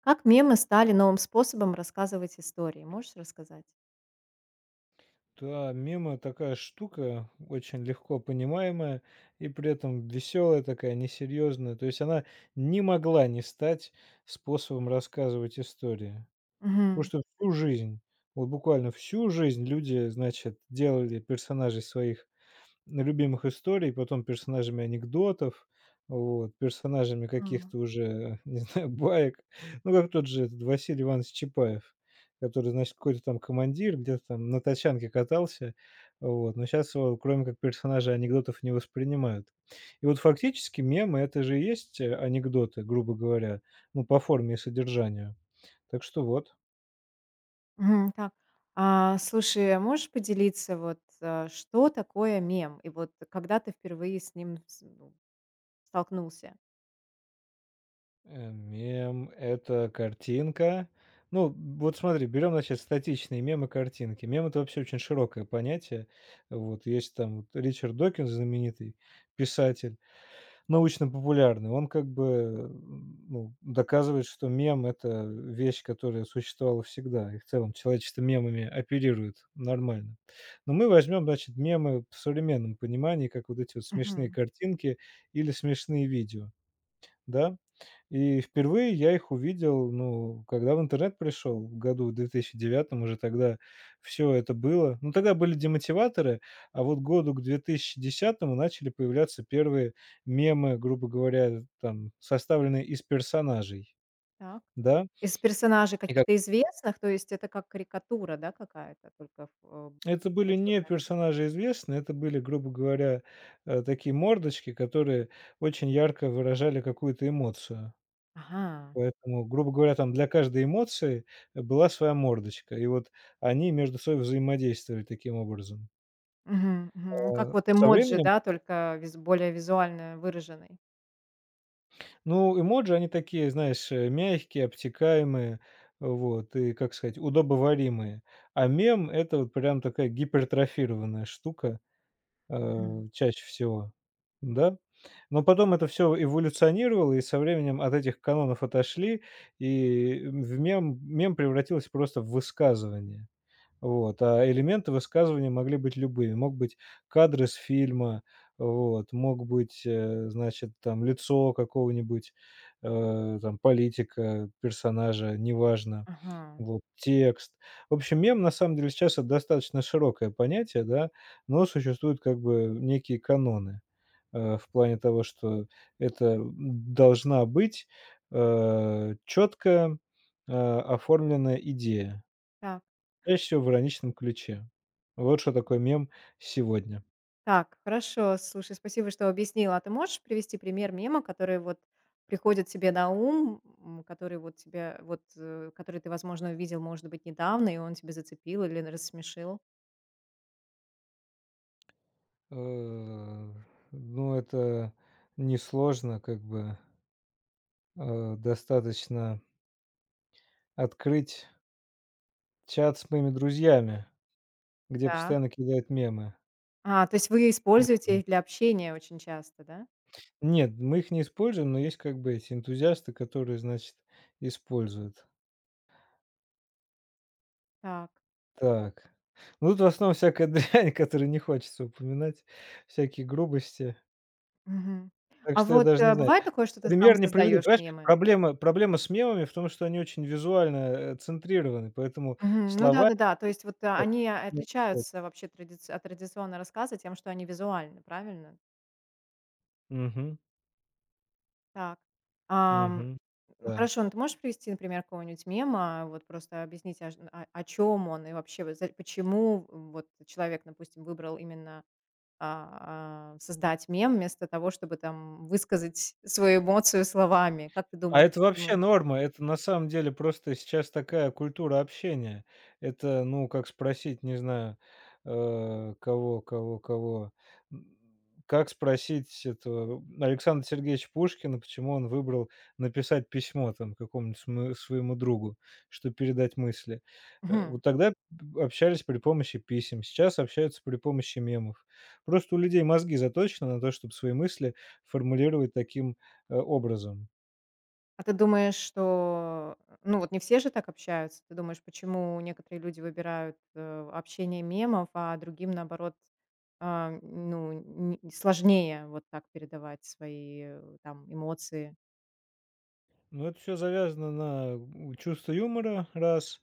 Как мемы стали новым способом рассказывать истории? Можешь рассказать? Да, мемы такая штука, очень легко понимаемая и при этом веселая такая, несерьезная. То есть она не могла не стать способом рассказывать истории. Потому Мгм. что всю жизнь, вот буквально всю жизнь люди, значит, делали персонажей своих любимых историй, потом персонажами анекдотов, вот, персонажами Мгм. каких-то уже, не знаю, баек. Ну, как тот же этот Василий Иванович Чапаев, который, значит, какой-то там командир, где-то там на тачанке катался, вот. Но сейчас его, кроме как персонажа, анекдотов не воспринимают. И вот фактически мемы- это же и есть, анекдоты, грубо говоря, ну, по форме и содержанию. Так что вот. Мгм. Так. А, слушай, а можешь поделиться, вот, а, что такое мем? И вот когда ты впервые с ним столкнулся? Мем- это картинка. Ну, вот смотри, берем, значит, статичные мемы, картинки. Мем- это вообще очень широкое понятие. Вот есть там вот Ричард Докинз, знаменитый писатель, научно-популярный. Он как бы, ну, доказывает, что мем- это вещь, которая существовала всегда, и в целом человечество мемами оперирует нормально. Но мы возьмем, значит, мемы в современном понимании, как вот эти вот смешные Мгм. картинки или смешные видео, да? И впервые я их увидел, ну, когда в интернет пришел, в году в 2009 уже тогда все это было. Ну, тогда были демотиваторы, а вот году к 2010 начали появляться первые мемы, грубо говоря, там, составленные из персонажей, Так. да. Из персонажей И как? каких-то известных, то есть это как карикатура, да, какая-то, только в, Это были не почёмная? персонажи известные, это были, грубо говоря, такие мордочки, которые очень ярко выражали какую-то эмоцию. Ага. Поэтому, грубо говоря, там для каждой эмоции, была своя мордочка. И вот они между собой взаимодействовали таким образом. Мгм, мгм. Ну, как А, вот со эмоджи, временем да, только виз более визуально выраженный. ну, эмоджи, они такие, знаешь, мягкие, обтекаемые, вот, и, как сказать, удобоваримые. А мем- это вот прям такая гипертрофированная штука, Мгм. чаще всего. Да. Но потом это все эволюционировало, и со временем от этих канонов отошли, и, в мем мем превратился просто в высказывание. Вот, а элементы высказывания могли быть любыми. Мог быть кадр из фильма, вот, мог быть, значит, там лицо какого-нибудь, там политика, персонажа, неважно, Ага. вот, текст. В общем, мем на самом деле сейчас- это достаточно широкое понятие, да, но существуют как бы некие каноны, в плане того, что это должна быть, четкая оформленная идея. Так. Чаще всего в ироничном ключе. Вот что такое мем сегодня. Так, хорошо. Слушай, спасибо, что объяснила. А ты можешь привести пример мема, который вот приходит тебе на ум, который вот тебе вот, который ты, возможно, увидел, может быть, недавно, и он тебя зацепил или рассмешил? Э, ну, это несложно, как бы, достаточно открыть чат с моими друзьями, где Так. постоянно кидают мемы. А, то есть вы используете Мгм. их для общения очень часто, да? Нет, мы их не используем, но есть как бы эти энтузиасты, которые, значит, используют. Так. Так. Ну, тут в основном всякая дрянь, которую не хочется упоминать, всякие грубости. Мгм. Так А что я вот, даже не знаю. бывает такое, что ты сам Пример не приведу. создаешь Понимаешь, мемы? проблема с мемами в том, что они очень визуально, центрированы, поэтому Мгм. Ну слова. да-да-да. То есть вот, они отличаются вообще традиц от традиционного рассказа тем, что они визуальны, правильно? Мгм. Так. Ам, Мгм. ну, Да. хорошо, ну, ты можешь привести, например, какого-нибудь мема, вот просто объяснить, аж а о чем он и вообще вот за почему вот человек, допустим, выбрал именно, а, создать мем вместо того, чтобы там высказать свою эмоцию словами? Как ты А думаешь, это вообще почему? норма. Это на самом деле просто сейчас такая культура общения. Это, ну, как спросить, не знаю, кого. М, Как спросить этого Александра Сергеевича Пушкина, почему он выбрал написать письмо там какому-нибудь своему другу, что передать мысли. Мгм. Вот тогда общались при помощи писем, сейчас общаются при помощи мемов. Просто у людей мозги заточены на то, чтобы свои мысли формулировать таким образом. А ты думаешь, что, ну, вот не все же так общаются? Ты думаешь, почему некоторые люди выбирают, общение мемов, а другим, наоборот, а, ну, н не сложнее вот так передавать свои, там эмоции? Ну, это все завязано на чувство юмора, раз,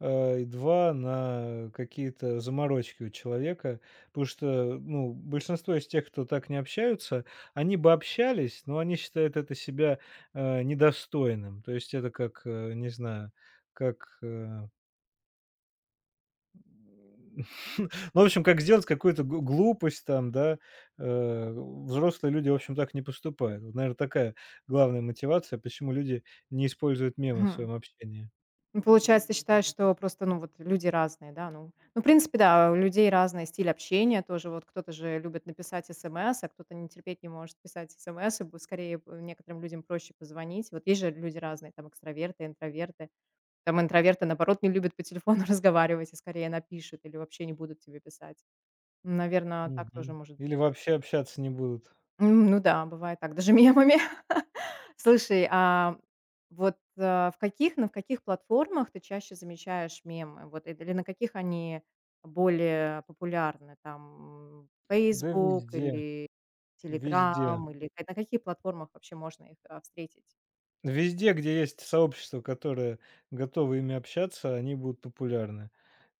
и 2 на какие-то заморочки у человека. Потому что, ну, большинство из тех, кто так не общаются, они бы общались, но они считают это себя, недостойным. То есть это как, не знаю, как, ну, в общем, как сделать какую-то гл глупость там, да. Взрослые люди, в общем, так не поступают. Вот, наверно, такая главная мотивация, почему люди не используют мемы в Мгм. своем общении. Ну, получается, ты считаешь, что просто, ну, вот люди разные, да? Ну, в принципе, да, у людей разный стиль общения тоже. Вот кто-то же любит написать смс, а кто-то не терпеть не может писать смс, и б скорее, некоторым людям проще позвонить. Вот есть же люди разные, там экстраверты, интроверты. Там интроверты, наоборот, не любят по телефону разговаривать и скорее напишут или вообще не будут тебе писать. Наверное, так тоже Мгм. может Или быть. вообще общаться не будут. Ну да, бывает так, даже мемами. Слушай, а вот, а, в каких на каких платформах ты чаще замечаешь мемы? Вот, или на каких они более популярны? Там Да Facebook везде, или Telegram везде. или на каких платформах вообще можно их, встретить? Везде, где есть сообщество, которое готово ими общаться, они будут популярны.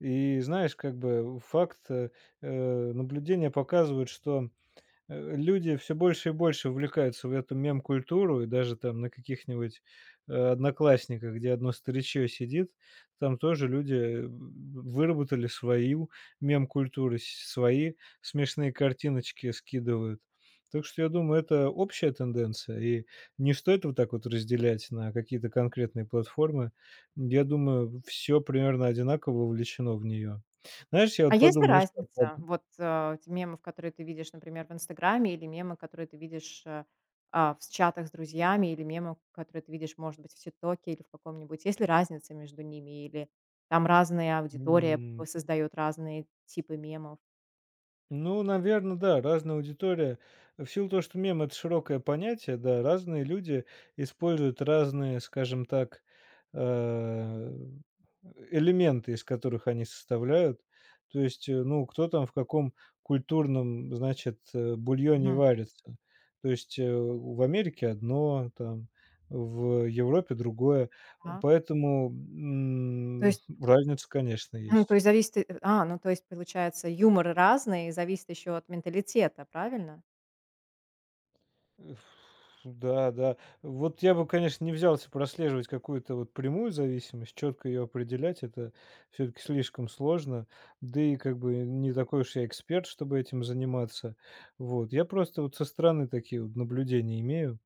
И знаешь, как бы факт, наблюдения показывают, что люди все больше и больше увлекаются в эту мем-культуру, и даже там на каких-нибудь, "Одноклассниках", где одно старичье сидит, там тоже люди, выработали свою мем-культуру, с свои смешные картиночки скидывают. Так что я думаю, это общая тенденция, и не стоит вот так вот разделять на какие-то конкретные платформы. Я думаю, все примерно одинаково вовлечено в нее. Знаешь, я А вот есть ли подумал еще. разница? Вот, те мемов, которые ты видишь, например, в "Инстаграме", или мемы, которые ты видишь, в с чатах с друзьями, или мемы, которые ты видишь, может быть, в "Тиктоке" или в каком-нибудь. Есть ли разница между ними, или там разная аудитория п создаёт разные типы мемов? Ну, наверное, да, разная аудитория. В силу того, что мем- это широкое понятие, да, разные люди используют разные, скажем так, э, элементы, из которых они составляют. То есть, ну, кто там в каком культурном, значит, бульоне Мгм. варится. То есть, в Америке одно, там, в Европе другое. Так. Поэтому, То есть, разница, конечно, м, то есть. есть зависит и ну, то есть, получается, юмор разный, и зависит еще от менталитета, правильно? Э, Да, да. Вот я бы, конечно, не взялся прослеживать какую-то вот прямую зависимость, четко ее определять, это все-таки слишком сложно. Да и как бы не такой уж я эксперт, чтобы этим заниматься. Вот. Я просто вот со стороны такие вот наблюдения имею.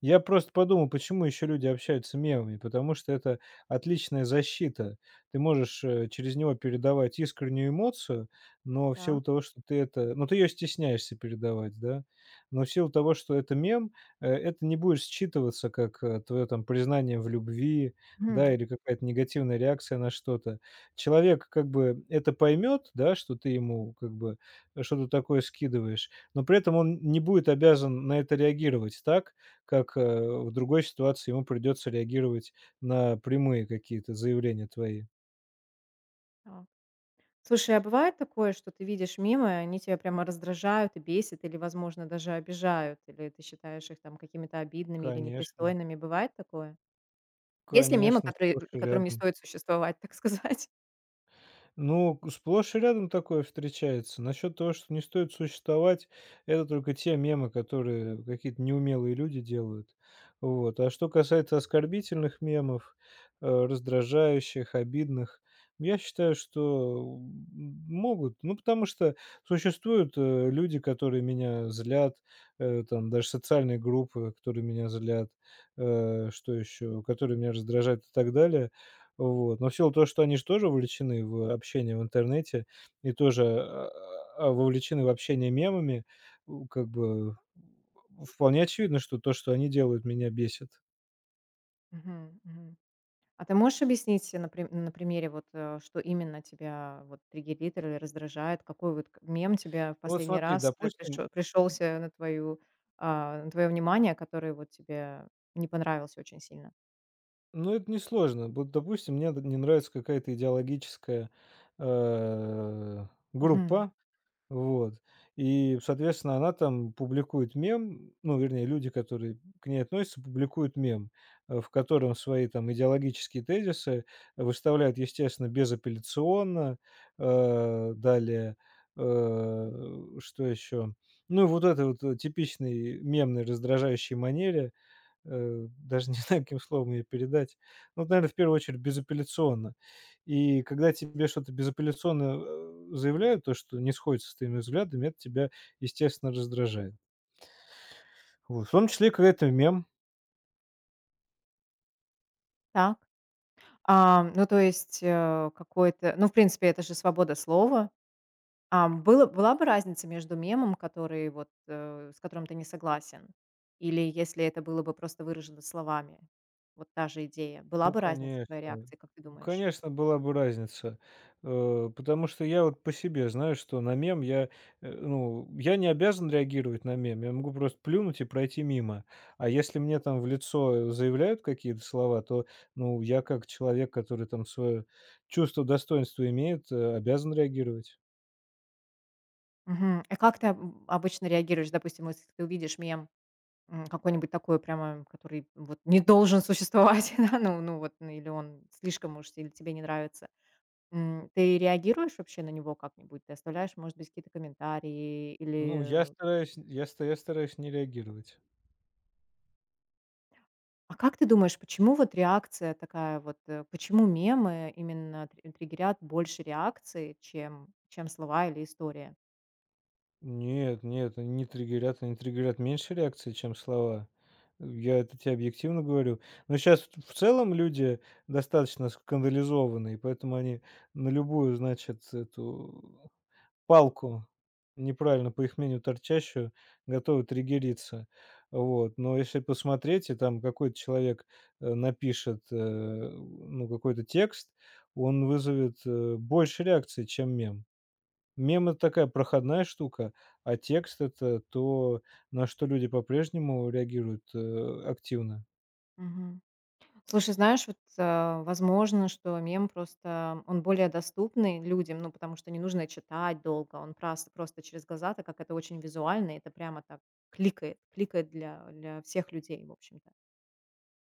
Я просто подумал, почему еще люди общаются мемами, потому что это отличная защита. Ты можешь, через него передавать искреннюю эмоцию, но в Так. силу того, что ты это ну, ты ее стесняешься передавать, да, но в силу того, что это мем, это не будет считываться как, твое там признание в любви, да, Мгм. или какая-то негативная реакция на что-то. Человек как бы это поймет, да, что ты ему как бы что-то такое скидываешь, но при этом он не будет обязан на это реагировать так, как, в другой ситуации ему придется реагировать на прямые какие-то заявления твои. Слушай, а бывает такое, что ты видишь мимо, и они тебя прямо раздражают и бесят, или, возможно, даже обижают, или ты считаешь их там какими-то обидными или Конечно, непристойными? Бывает такое? Есть ли мемы, конечно, сплошь и которым не рядом. стоит существовать, так сказать? Ну, сплошь и рядом такое встречается. Насчет того, что не стоит существовать, это только те мемы, которые какие-то неумелые люди делают. Вот. А что касается оскорбительных мемов, раздражающих, обидных, я считаю, что могут. Ну, потому что существуют люди, которые меня злят, там даже социальные группы, которые меня злят, что еще, которые меня раздражают и так далее. Вот. Но в силу того, что они же тоже вовлечены в общение в интернете и тоже, вовлечены в общение мемами, у как бы вполне очевидно, что то, что они делают, меня бесит. Мгм, мгм. А ты можешь объяснить на примере, вот, что именно тебя вот, триггерит или раздражает? Какой вот мем тебя в Ну вот последний смотри, раз допустим, пришелся на твое внимание, который вот тебе не понравился очень сильно? ну это несложно. Вот, допустим, мне д не нравится какая-то идеологическая, э, Мгм. группа. Вот. И, соответственно, она там публикует мем, ну, вернее, люди, которые к ней относятся, публикуют мем, в котором свои там идеологические тезисы выставляют, естественно, безапелляционно. Далее, что еще? Ну, вот это вот типичный мемный раздражающий манере. Даже не знаю, каким словом ее передать. Ну, наверное, в первую очередь безапелляционно. И когда тебе что-то безапелляционно, заявляют, то, что не сходится с твоими взглядами, это тебя, естественно, раздражает. Вот. В том числе, когда это мем. Так. А, ну, то есть, какой-то ну, в принципе, это же свобода слова. А, было была бы разница между мемом, который вот, с которым ты не согласен, или если это было бы просто выражено словами? Вот та же идея. Была Ну, бы разница конечно. твоей реакции, как ты Ну, думаешь? конечно, была бы разница, потому что я вот по себе знаю, что на мем я, ну, я не обязан реагировать на мем, я могу просто плюнуть и пройти мимо. А если мне там в лицо заявляют какие-то слова, то, ну, я как человек, который там свое чувство достоинства имеет, обязан реагировать. Мгм. И как ты об обычно реагируешь, допустим, если ты увидишь мем, какой-нибудь такой прямо, который вот не должен существовать, да, ну вот, ну, или он слишком уж или тебе не нравится? Ты реагируешь вообще на него как-нибудь? Ты оставляешь, может быть, какие-то комментарии Ну, я или стараюсь, я стараюсь не реагировать. А как ты думаешь, почему вот реакция такая вот, почему мемы именно тр триггерят больше реакции, чем слова или история? Нет, нет, они не триггерят, они триггерят меньше реакции, чем слова. Я это тебе объективно говорю. Но сейчас в целом люди достаточно скандализованные, поэтому они на любую, значит, эту палку, неправильно, по их мнению, торчащую, готовы триггериться. Вот. Но если посмотреть, и там какой-то человек напишет ну, какой-то текст, он вызовет больше реакции, чем мем. Мем- это такая проходная штука, а текст- это то, на что люди по-прежнему реагируют, активно. Мгм. Слушай, знаешь, вот, возможно, что мем просто он более доступный людям, ну, потому что не нужно читать долго, он просто через глаза, так как это очень визуально, и это прямо так кликает для всех людей, в общем-то.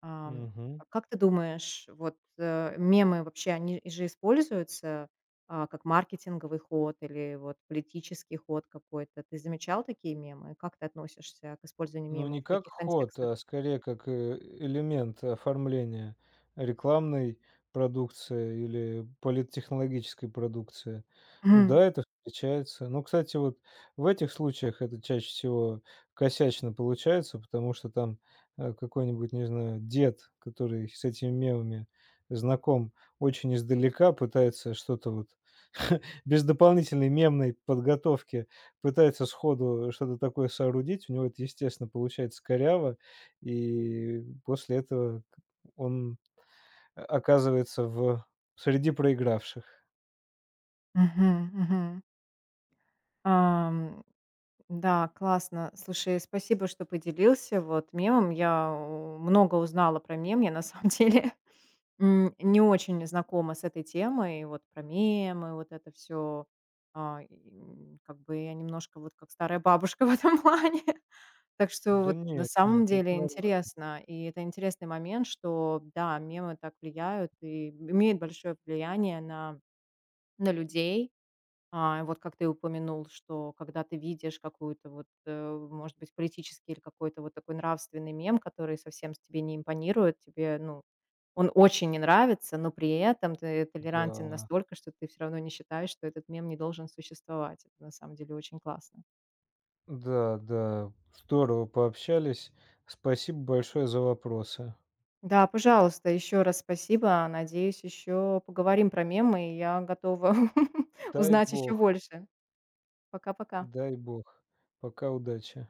Ам, Мгм. а как ты думаешь, вот, мемы вообще, они же используются, как маркетинговый ход или вот политический ход какой-то? Ты замечал такие мемы? Как ты относишься к использованию Ну, не мемов в как таких ход, контекстах? а скорее как, элемент оформления рекламной продукции или политтехнологической продукции. Мгм. Да, это встречается. Но, кстати, вот в этих случаях это чаще всего косячно получается, потому что там, какой-нибудь, не знаю, дед, который с этими мемами знаком очень издалека, пытается что-то вот без дополнительной мемной подготовки пытается сходу что-то такое соорудить, у него это, естественно, получается коряво, и после этого к он оказывается в среди проигравших. Мгм, мгм. Ам, да, классно. Слушай, спасибо, что поделился вот мемом. Я много узнала про мем. Я на самом деле не очень знакома с этой темой, вот про мемы, вот это все, как бы я немножко вот как старая бабушка в этом плане. Так что Да вот на нет, самом нет, это деле нормально, интересно. И это интересный момент, что да, мемы так влияют и имеют большое влияние на людей. А, вот как ты упомянул, что когда ты видишь какую-то вот, может быть, политический или какой-то вот такой нравственный мем, который совсем с тебе не импонирует, тебе, ну, он очень не нравится, но при этом ты толерантен да. настолько, что ты все равно не считаешь, что этот мем не должен существовать. Это на самом деле очень классно. Да, да, здорово пообщались. Спасибо большое за вопросы. Да, пожалуйста, еще раз спасибо. Надеюсь, еще поговорим про мемы, и я готова Дай узнать еще бог, больше. Пока-пока. дай бог. Пока, удачи.